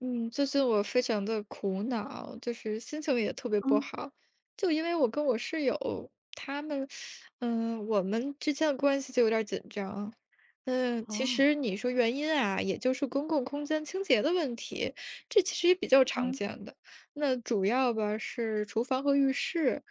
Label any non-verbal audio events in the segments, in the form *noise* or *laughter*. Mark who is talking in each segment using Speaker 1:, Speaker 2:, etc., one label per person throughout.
Speaker 1: 嗯，最近我非常的苦恼，就是心情也特别不
Speaker 2: 嗯，
Speaker 1: 好，就因为我跟我室友他们，我们之间的关系就有点儿紧张。其
Speaker 2: 哦，
Speaker 1: 实你说原因啊，也就是公共空间清洁的问题，这其实也比较常
Speaker 2: 嗯。
Speaker 1: 见的。那主要吧是厨房和浴室，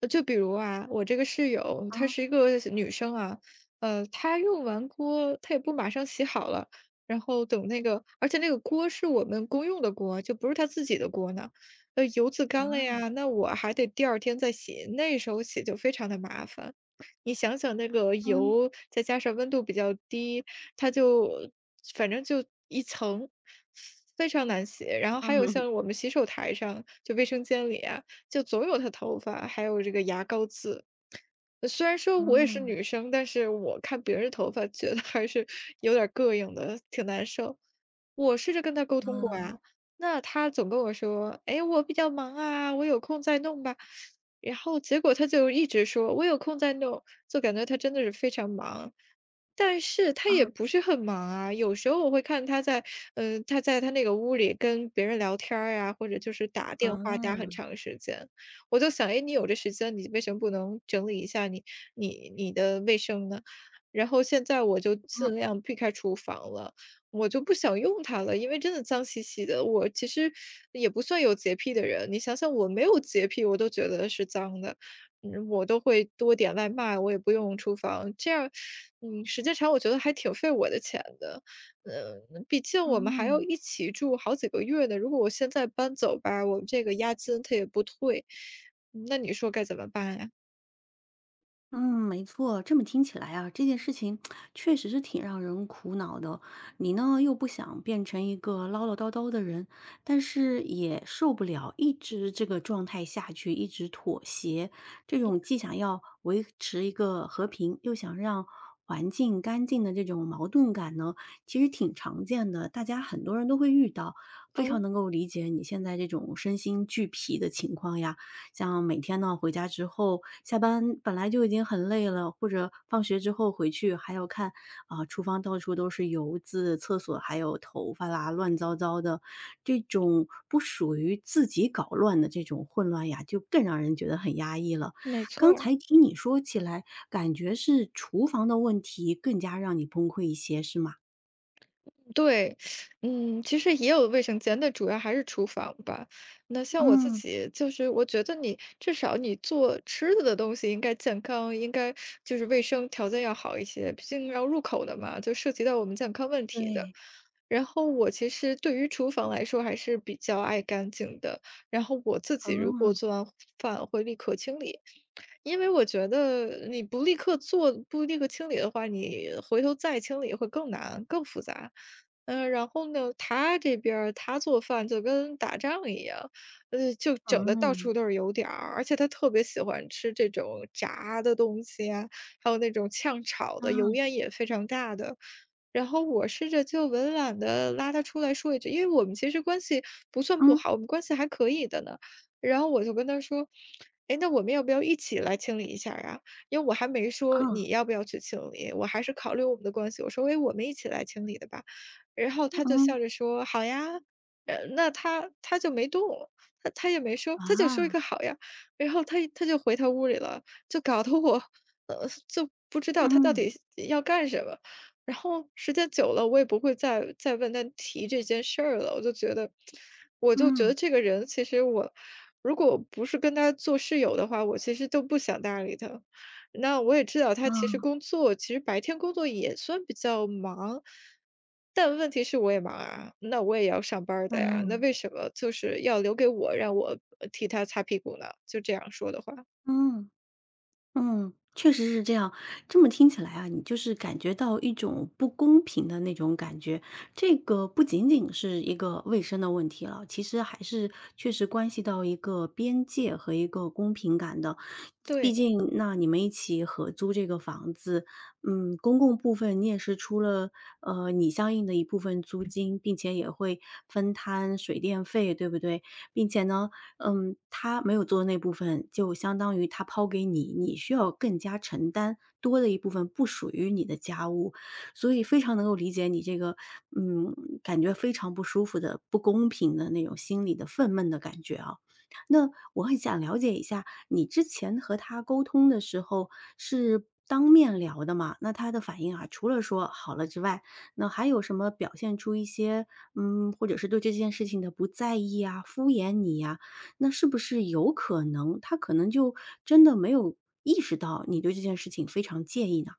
Speaker 1: 就比如啊，我这个室友她
Speaker 2: 哦，
Speaker 1: 是一个女生啊，她用完锅她也不马上洗好了。然后等那个而且那个锅是我们公用的锅，就不是他自己的锅呢。油渍干了
Speaker 2: 啊。
Speaker 1: 呀，那我还得第二天再洗，那时候洗就非常的麻烦。你想想那个
Speaker 2: 嗯，嗯，
Speaker 1: 油，再加上温度比较低，它就反正就一层，非常难洗。然后还有
Speaker 2: *laughs*
Speaker 1: 像我们洗手台上，就卫生间里啊，就总有他头发，还有这个牙膏渍。虽然说我也是女生，但是我看别人的头发觉得还是有点儿膈应的，挺难受。我试着跟他沟通过
Speaker 2: 嗯，
Speaker 1: 呀，那他总跟我说："哎，我比较忙啊，我有空再弄吧。"然后结果他就一直说："我有空再弄。"就感觉他真的是非常忙，但是他
Speaker 2: 啊，
Speaker 1: 也
Speaker 2: 啊，
Speaker 1: 不是很忙啊。有时候我会看他在，他在他那个屋里跟别人聊天儿呀、或者就是打电话打很
Speaker 2: 啊。
Speaker 1: 长时间。我就想，哎，你有这时间，你为什么不能整理一下你的卫生呢？然后现在我就
Speaker 2: 嗯，
Speaker 1: 尽量避开厨房了，我就不想用它了，因为真的脏兮兮的。我其实也不算有洁癖的人，你想想，我没有洁癖，我都觉得是脏的，我都会多点外卖，我也不用厨房，这样，时间长，我觉得还挺费我的钱的。呃，毕竟我们还要
Speaker 2: 嗯。
Speaker 1: 一起住好几个月呢，如果我现在搬走吧，我这个押金他也不退，那你说该怎么办呀？
Speaker 2: 嗯，没错，这么听起来啊，这件事情确实是挺让人苦恼的。你呢，又不想变成一个唠唠叨叨的人，但是也受不了一直这个状态下去，一直妥协。这种既想要维持一个和平，又想让环境干净的这种矛盾感呢，其实挺常见的，大家很多人都会遇到，非常
Speaker 1: 哦，
Speaker 2: 能够理解你现在这种身心俱疲的情况呀。像每天呢，回家之后，下班本来就已经很累了，或者放学之后回去还要看啊，厨房到处都是油渍，厕所还有头发啦，乱糟糟的，这种不属于自己搞乱的这种混乱呀，就更让人觉得很压抑了。
Speaker 1: 没错
Speaker 2: 刚
Speaker 1: 儿。
Speaker 2: 才听你说起来，感觉是厨房的问题更加让你崩溃一些，是吗？
Speaker 1: 对，其实也有卫生间，但主要还是厨房吧。那像我自
Speaker 2: 嗯，
Speaker 1: 己，就是我觉得你至少你做吃的的东西应该健康，应该就是卫生条件要好一些，毕竟要入口的嘛，就涉及到我们健康问题的。
Speaker 2: 对，
Speaker 1: 然后我其实对于厨房来说还是比较爱干净的，然后我自己如果
Speaker 2: 啊，
Speaker 1: 做完饭会立刻清理，因为我觉得你不立刻做，不立刻清理的话，你回头再清理会更难、更复杂。然后呢，他这边儿他做饭就跟打仗一样，就整的到
Speaker 2: 嗯，
Speaker 1: 处都是油点儿，而且他特别喜欢吃这种炸的东西啊，还有那种炝炒的，
Speaker 2: 啊，
Speaker 1: 油烟也非常大的。然后我试着就委婉的拉他出来说一句，因为我们其实关系不算不
Speaker 2: 嗯，
Speaker 1: 好，我们关系还可以的呢。然后我就跟他说："哎，那我们要不要一起来清理一下呀？啊？"因为我还没说
Speaker 2: 啊，
Speaker 1: 你要不要去清理，我还是考虑我们的关系，我说："诶，我们一起来清理的吧。"然后他就
Speaker 2: 嗯，
Speaker 1: 笑着说："好呀。"那他就没动，他也没说，他就说一
Speaker 2: 啊，
Speaker 1: 个"好呀"，然后他就回他屋里了，就搞得我，就不知道他到
Speaker 2: 嗯。
Speaker 1: 底要干什么。然后时间久了，我也不会再问他提这件事儿了。我就觉得，我就觉得这个人，其实我如果不是跟他做室友的话，我其实都不想搭理他。那我也知道他其实
Speaker 2: 嗯
Speaker 1: 工作，其实白天工作也算比较忙，但问题是我也忙啊，那我也要上班儿的呀，那
Speaker 2: 嗯
Speaker 1: 为什么就是要留给我，让我替他擦屁股呢？就这样说的话，
Speaker 2: 嗯嗯，确实是这样。这么听起来啊，你就是感觉到一种不公平的那种感觉。这个不仅仅是一个卫生的问题了，其实还是确实关系到一个边界和一个公平感的。毕
Speaker 1: 对。
Speaker 2: 竟，那你们一起合租这个房子，嗯，公共部分你也是出了你相应的一部分租金，并且也会分摊水电费，对不对？并且呢，嗯，他没有做的那部分，就相当于他抛给你，你需要更加承担多的一部分不属于你的家务，所以非常能够理解你这个，嗯，感觉非常不舒服的、不公平的那种心里的愤懑的感觉啊。那我很想了解一下，你之前和他沟通的时候是当面聊的嘛？那他的反应啊，除了说好了之外，那还有什么表现出一些，嗯，或者是对这件事情的不在意啊、敷衍你呀、那是不是有可能他可能就真的没有意识到你对这件事情非常介意呢？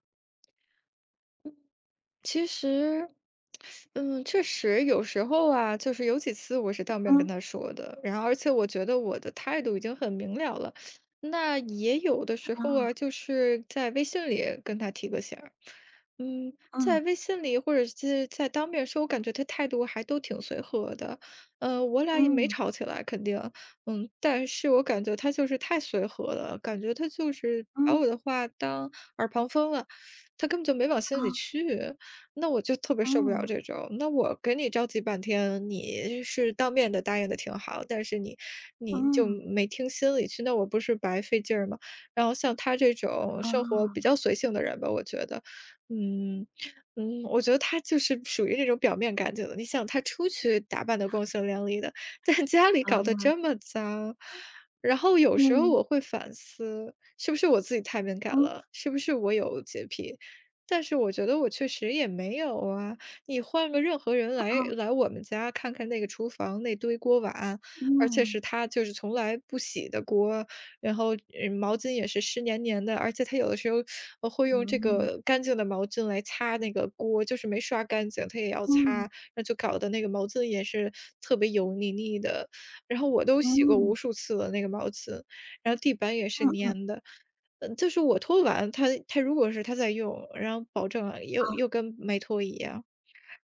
Speaker 1: 其实，确实有时候啊，就是有几次我是当面跟
Speaker 2: 嗯，
Speaker 1: 他说的，然后而且我觉得我的态度已经很明了了。那也有的时候啊，
Speaker 2: 啊，
Speaker 1: 就是在微信里跟他提个醒儿，在
Speaker 2: 嗯，
Speaker 1: 微信里或者是在当面说，我感觉他态度还都挺随和的，我俩也没
Speaker 2: 嗯，
Speaker 1: 吵起来，肯定，但是我感觉他就是太随和了，感觉他就是把
Speaker 2: 嗯，
Speaker 1: 我的话当耳旁风了，他根本就没往心里
Speaker 2: 啊，
Speaker 1: 去。那我就特别受不了
Speaker 2: 嗯，
Speaker 1: 这种，那我给你着急半天，你是当面的答应的挺好，但是你就
Speaker 2: 嗯，
Speaker 1: 没听心里去，那我不是白费劲儿吗？然后像他这种
Speaker 2: 啊，
Speaker 1: 生活比较随性的人吧，我觉得，嗯我觉得他就是属于那种表面干净的。你想他出去打扮的光鲜亮丽的，但家里
Speaker 2: 啊，
Speaker 1: 搞得这么脏，然后有时候
Speaker 2: 嗯，
Speaker 1: 我会反思，是不是我自己太敏感
Speaker 2: 嗯，
Speaker 1: 了？是不是我有洁癖？但是我觉得我确实也没有啊，你换个任何人
Speaker 2: 啊，
Speaker 1: 来我们家看看那个厨房那堆锅碗，而且
Speaker 2: 嗯，
Speaker 1: 是他就是从来不洗的锅，然后毛巾也是湿黏黏的，而且他有的时候会用这
Speaker 2: 嗯，
Speaker 1: 个干净的毛巾来擦那个锅，就是没刷干净他也要
Speaker 2: 嗯，
Speaker 1: 擦，那就搞得那个毛巾也是特别油腻腻的，然后我都洗过
Speaker 2: 嗯，
Speaker 1: 无数次了那个毛巾，然后地板也是
Speaker 2: 嗯，
Speaker 1: 粘的。就是我拖完，他如果是他在用，然后保证啊又跟没拖一样，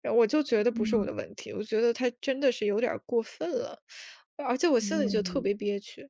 Speaker 1: 然后我就觉得不是我
Speaker 2: 嗯，
Speaker 1: 的问题，我觉得他真的是有点儿过分了，而且我心里就特
Speaker 2: 嗯。
Speaker 1: 别憋屈。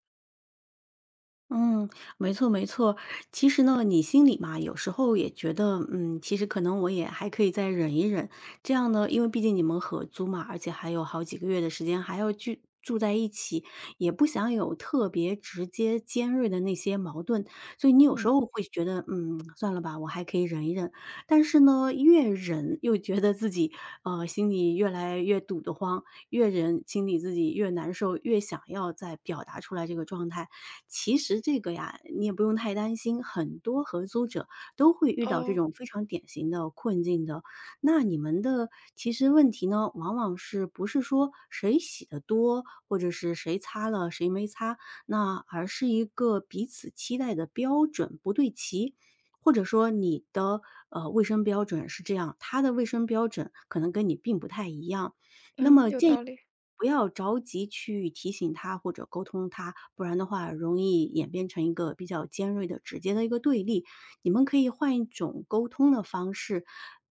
Speaker 2: 嗯，没错没错。其实呢，你心里嘛，有时候也觉得，嗯，其实可能我也还可以再忍一忍。这样呢，因为毕竟你们合租嘛，而且还有好几个月的时间还要住在一起，也不想有特别直接尖锐的那些矛盾，所以你有时
Speaker 1: 嗯，
Speaker 2: 候会觉得，嗯，算了吧，我还可以忍一忍。但是呢，越忍又觉得自己，心里越来越堵得慌。越人清理自己越难受，越想要再表达出来这个状态。其实这个呀，你也不用太担心，很多合租者都会遇到这
Speaker 1: 哦，
Speaker 2: 种非常典型的困境的。那你们的其实问题呢，往往是不是说谁洗的多，或者是谁擦了谁没擦，那而是一个彼此期待的标准不对齐。或者说你的卫生标准是这样，他的卫生标准可能跟你并不太一样，那
Speaker 1: 嗯，
Speaker 2: 么
Speaker 1: 有
Speaker 2: 建议
Speaker 1: 道理，
Speaker 2: 不要着急去提醒他或者沟通他，不然的话容易演变成一个比较尖锐的、直接的一个对立。你们可以换一种沟通的方式，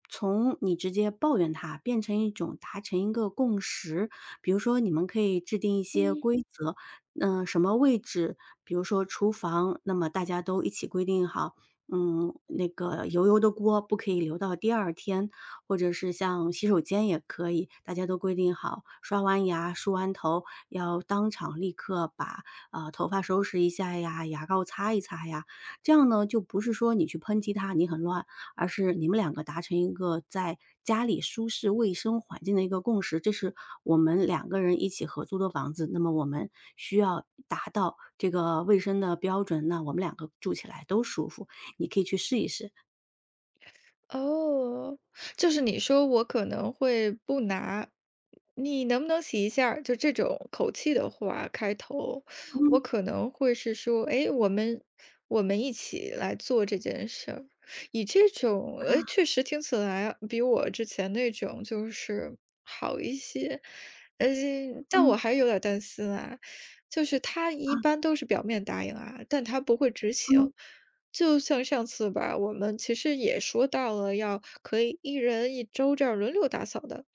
Speaker 2: 从你直接抱怨他变成一种达成一个共识。比如说，你们可以制定一些
Speaker 1: 嗯。
Speaker 2: 规则，嗯、什么位置，比如说厨房，那么大家都一起规定好。嗯，那个油油的锅不可以留到第2天，或者是像洗手间也可以，大家都规定好，刷完牙、梳完头要当场立刻把头发收拾一下呀，牙膏擦一擦呀。这样呢，就不是说你去抨击他，你很乱，而是你们两个达成一个在家里舒适卫生环境的一个共识。这是我们两个人一起合租的房子，那么我们需要达到这个卫生的标准，那我们两个住起来都舒服。你可以去试一试。
Speaker 1: 哦，就是你说我可能会不拿，你能不能洗一下儿就这种口气的话开头，我
Speaker 2: 嗯
Speaker 1: 可能会是说，哎，我们一起来做这件事儿。以这种，
Speaker 2: 啊，
Speaker 1: 哎，确实听起来比我之前那种就是好一些，呃，但我
Speaker 2: 嗯
Speaker 1: 还有点儿担心啊，就是他
Speaker 2: 啊，
Speaker 1: 一般都是表面答应啊，但他不会执行。
Speaker 2: 嗯
Speaker 1: 就像上次吧，我们其实也说到了要可以一人一周这样轮流打扫的。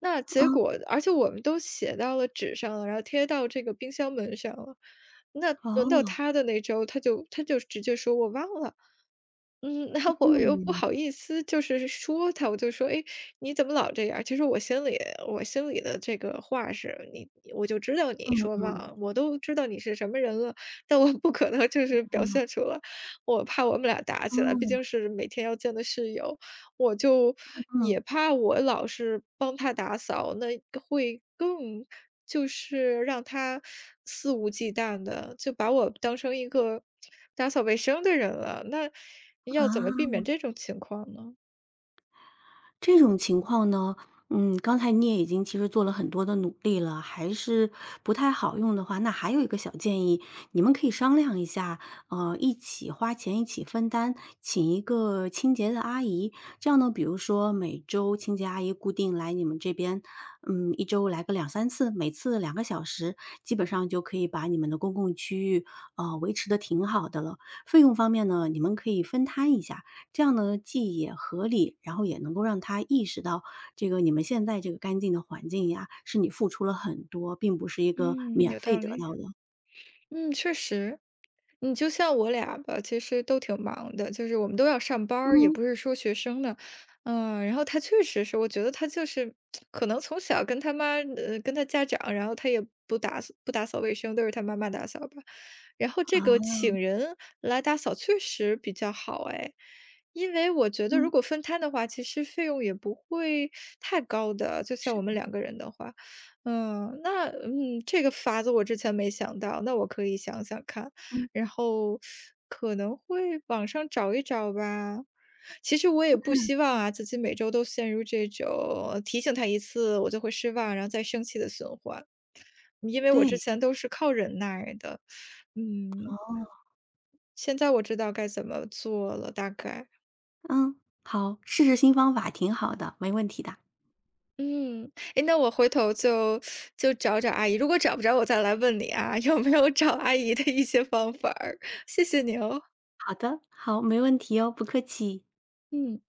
Speaker 1: 那结果，
Speaker 2: 啊。
Speaker 1: 而且我们都写到了纸上了，然后贴到这个冰箱门上了。那轮到
Speaker 2: 哦，
Speaker 1: 他的那周，他就直接说我忘了。嗯，那我又不
Speaker 2: 嗯，
Speaker 1: 好意思，就是说他，我就说："哎，你怎么老这样其实我心里的这个话是你我就知道你
Speaker 2: 嗯
Speaker 1: 说
Speaker 2: 嗯，
Speaker 1: 忘，我都知道你是什么人了，但我不可能就是表现出来，我怕我们俩打
Speaker 2: 嗯
Speaker 1: 起来，毕
Speaker 2: 嗯，
Speaker 1: 竟是每天要见的室友，我就
Speaker 2: 嗯
Speaker 1: 也怕我老是帮他打扫，那会更就是让他肆无忌惮的，就把我当成一个打扫卫生的人了，那要怎么避
Speaker 2: 啊。
Speaker 1: 免这种情况呢？
Speaker 2: 这种情况呢，嗯，刚才你也已经其实做了很多的努力了，还是不太好用的话，那还有一个小建议，你们可以商量一下，一起花钱，一起分担，请一个清洁的阿姨。这样呢，比如说每周清洁阿姨固定来你们这边，嗯，一周来个2-3次，每次2个小时，基本上就可以把你们的公共区域，维持的挺好的了。费用方面呢，你们可以分摊一下，这样呢，既也合理，然后也能够让他意识到，这个你们现在这个干净的环境呀，是你付出了很多，并不是一个
Speaker 1: 嗯，
Speaker 2: 免
Speaker 1: 有
Speaker 2: 费
Speaker 1: 道
Speaker 2: 得
Speaker 1: 理。
Speaker 2: 到的。
Speaker 1: 嗯，确实。你就像我俩吧，其实都挺忙的，就是我们都要上班儿也
Speaker 2: 嗯，
Speaker 1: 不是说学生呢。然后他确实是，我觉得他就是可能从小跟他妈，跟他家长，然后他也不打扫不打扫卫生，都是他妈妈打扫吧。然后这
Speaker 2: 啊，
Speaker 1: 个请人来打扫确实比较好哎，因为我觉得
Speaker 2: 嗯，
Speaker 1: 如果分摊的话，其实费用也不会太高的，就像
Speaker 2: 是，
Speaker 1: 我们两个人的话。那这个法子我之前没想到，那我可以想想看，
Speaker 2: 嗯，
Speaker 1: 然后可能会网上找一找吧。其实我也不希望啊，自己每周都陷入这种提醒他一次我就会失望，然后再生气的循环，因为我之
Speaker 2: 对，
Speaker 1: 前都是靠忍耐的。嗯，
Speaker 2: 哦，
Speaker 1: 现在我知道该怎么做了，大概。
Speaker 2: 嗯，好，试试新方法挺好的，没问题的。
Speaker 1: 嗯，哎，那我回头就找找阿姨，如果找不着我再来问你啊，*laughs* 有没有找阿姨的一些方法儿，谢谢你哦，
Speaker 2: 好的，好，没问题哦，不客气。
Speaker 1: 嗯。